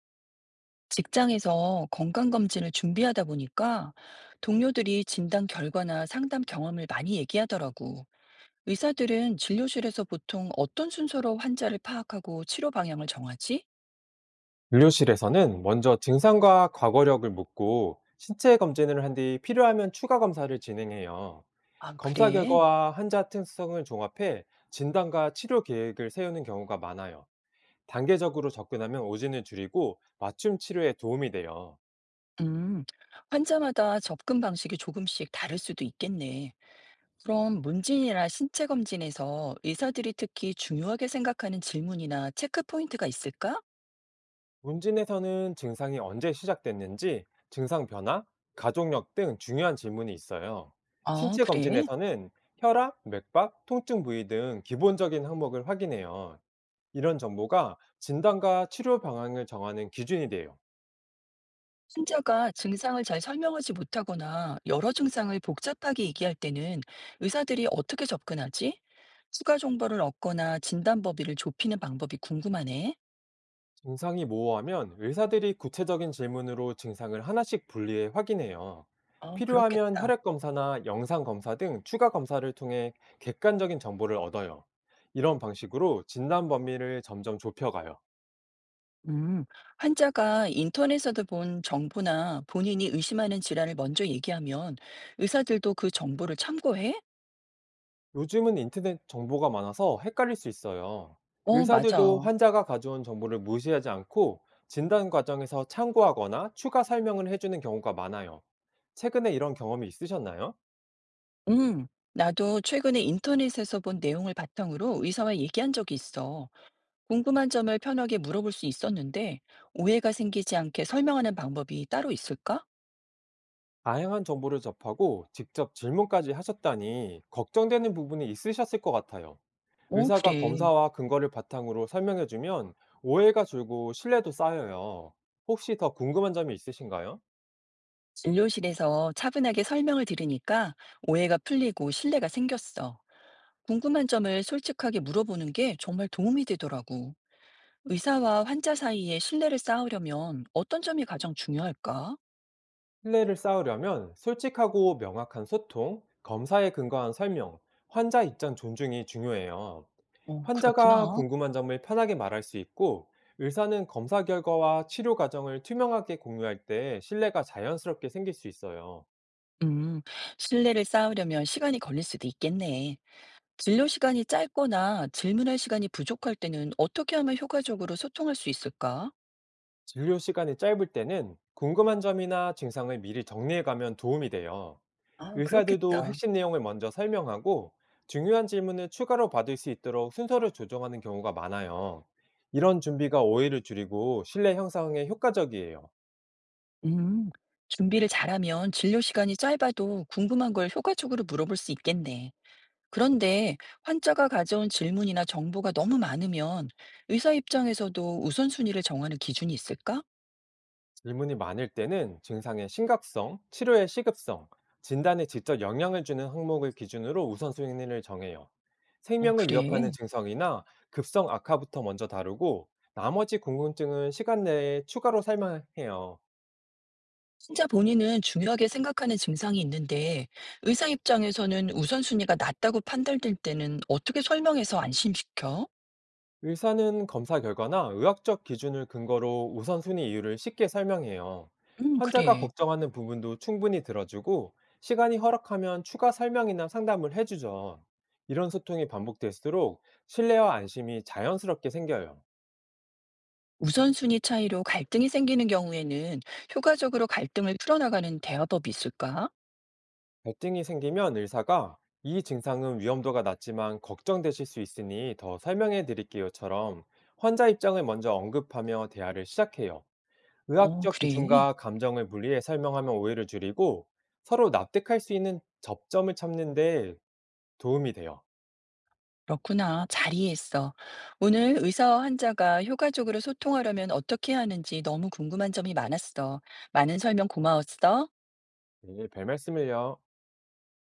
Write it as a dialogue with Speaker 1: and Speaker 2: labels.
Speaker 1: 직장에서 건강검진을 준비하다 보니까 동료들이 진단 결과나 상담 경험을 많이 얘기하더라고. 의사들은 진료실에서 보통 어떤 순서로 환자를 파악하고 치료 방향을 정하지?
Speaker 2: 진료실에서는 먼저 증상과 과거력을 묻고 신체 검진을 한 뒤 필요하면 추가 검사를 진행해요.
Speaker 1: 아,
Speaker 2: 검사
Speaker 1: 그래?
Speaker 2: 결과와 환자 특성을 종합해 진단과 치료 계획을 세우는 경우가 많아요. 단계적으로 접근하면 오진을 줄이고 맞춤 치료에 도움이 돼요.
Speaker 1: 음, 환자마다 접근 방식이 조금씩 다를 수도 있겠네. 그럼 문진이나 신체 검진에서 의사들이 특히 중요하게 생각하는 질문이나 체크 포인트가 있을까?
Speaker 2: 문진에서는 증상이 언제 시작됐는지, 증상 변화, 가족력 등 중요한 질문이 있어요.
Speaker 1: 아,
Speaker 2: 신체
Speaker 1: 그래?
Speaker 2: 검진에서는 혈압, 맥박, 통증 부위 등 기본적인 항목을 확인해요. 이런 정보가 진단과 치료 방향을 정하는 기준이 돼요.
Speaker 1: 환자가 증상을 잘 설명하지 못하거나 여러 증상을 복잡하게 얘기할 때는 의사들이 어떻게 접근하지? 추가 정보를 얻거나 진단 범위를 좁히는 방법이 궁금하네.
Speaker 2: 증상이 모호하면 의사들이 구체적인 질문으로 증상을 하나씩 분리해 확인해요.
Speaker 1: 아,
Speaker 2: 필요하면
Speaker 1: 그렇겠다.
Speaker 2: 혈액 검사나 영상 검사 등 추가 검사를 통해 객관적인 정보를 얻어요. 이런 방식으로 진단 범위를 점점 좁혀가요.
Speaker 1: 음, 환자가 인터넷에서 본 정보나 본인이 의심하는 질환을 먼저 얘기하면 의사들도 그 정보를 참고해?
Speaker 2: 요즘은 인터넷 정보가 많아서 헷갈릴 수 있어요.
Speaker 1: 어,
Speaker 2: 의사들도
Speaker 1: 맞아.
Speaker 2: 환자가 가져온 정보를 무시하지 않고 진단 과정에서 참고하거나 추가 설명을 해주는 경우가 많아요. 최근에 이런 경험이 있으셨나요?
Speaker 1: 음, 나도 최근에 인터넷에서 본 내용을 바탕으로 의사와 얘기한 적이 있어. 궁금한 점을 편하게 물어볼 수 있었는데, 오해가 생기지 않게 설명하는 방법이 따로 있을까?
Speaker 2: 다양한 정보를 접하고 직접 질문까지 하셨다니 걱정되는 부분이 있으셨을 것 같아요.
Speaker 1: 어,
Speaker 2: 의사가
Speaker 1: 그래.
Speaker 2: 검사와 근거를 바탕으로 설명해주면 오해가 줄고 신뢰도 쌓여요. 혹시 더 궁금한 점이 있으신가요?
Speaker 1: 진료실에서 차분하게 설명을 들으니까 오해가 풀리고 신뢰가 생겼어. 궁금한 점을 솔직하게 물어보는 게 정말 도움이 되더라고. 의사와 환자 사이에 신뢰를 쌓으려면 어떤 점이 가장 중요할까?
Speaker 2: 신뢰를 쌓으려면 솔직하고 명확한 소통, 검사에 근거한 설명, 환자 입장 존중이 중요해요.
Speaker 1: 어,
Speaker 2: 환자가
Speaker 1: 그렇구나.
Speaker 2: 궁금한 점을 편하게 말할 수 있고, 의사는 검사 결과와 치료 과정을 투명하게 공유할 때 신뢰가 자연스럽게 생길 수 있어요.
Speaker 1: 음, 신뢰를 쌓으려면 시간이 걸릴 수도 있겠네. 진료 시간이 짧거나 질문할 시간이 부족할 때는 어떻게 하면 효과적으로 소통할 수 있을까?
Speaker 2: 진료 시간이 짧을 때는 궁금한 점이나 증상을 미리 정리해 가면 도움이 돼요.
Speaker 1: 아,
Speaker 2: 의사들도
Speaker 1: 그렇겠다.
Speaker 2: 핵심 내용을 먼저 설명하고 중요한 질문을 추가로 받을 수 있도록 순서를 조정하는 경우가 많아요. 이런 준비가 오해를 줄이고 신뢰 형성에 효과적이에요.
Speaker 1: 음, 준비를 잘하면 진료 시간이 짧아도 궁금한 걸 효과적으로 물어볼 수 있겠네. 그런데 환자가 가져온 질문이나 정보가 너무 많으면 의사 입장에서도 우선순위를 정하는 기준이 있을까?
Speaker 2: 질문이 많을 때는 증상의 심각성, 치료의 시급성, 진단에 직접 영향을 주는 항목을 기준으로 우선순위를 정해요.
Speaker 1: 어,
Speaker 2: 생명을
Speaker 1: 그래.
Speaker 2: 위협하는 증상이나 급성 악화부터 먼저 다루고 나머지 궁금증은 시간 내에 추가로 설명해요.
Speaker 1: 진짜 본인은 중요하게 생각하는 증상이 있는데 의사 입장에서는 우선순위가 낮다고 판단될 때는 어떻게 설명해서 안심시켜?
Speaker 2: 의사는 검사 결과나 의학적 기준을 근거로 우선순위 이유를 쉽게 설명해요. 환자가
Speaker 1: 그래.
Speaker 2: 걱정하는 부분도 충분히 들어주고, 시간이 허락하면 추가 설명이나 상담을 해주죠. 이런 소통이 반복될수록 신뢰와 안심이 자연스럽게 생겨요.
Speaker 1: 우선순위 차이로 갈등이 생기는 경우에는 효과적으로 갈등을 풀어나가는 대화법이 있을까?
Speaker 2: 갈등이 생기면 의사가 이 증상은 위험도가 낮지만 걱정되실 수 있으니 더 설명해 드릴게요처럼 환자 입장을 먼저 언급하며 대화를 시작해요.
Speaker 1: 어,
Speaker 2: 의학적
Speaker 1: 그래.
Speaker 2: 기준과 감정을 분리해 설명하면 오해를 줄이고 서로 납득할 수 있는 접점을 찾는 데 도움이 돼요.
Speaker 1: 그렇구나. 잘 이해했어. 오늘 의사와 환자가 효과적으로 소통하려면 어떻게 하는지 너무 궁금한 점이 많았어. 많은 설명 고마웠어.
Speaker 2: 네, 별 말씀을요.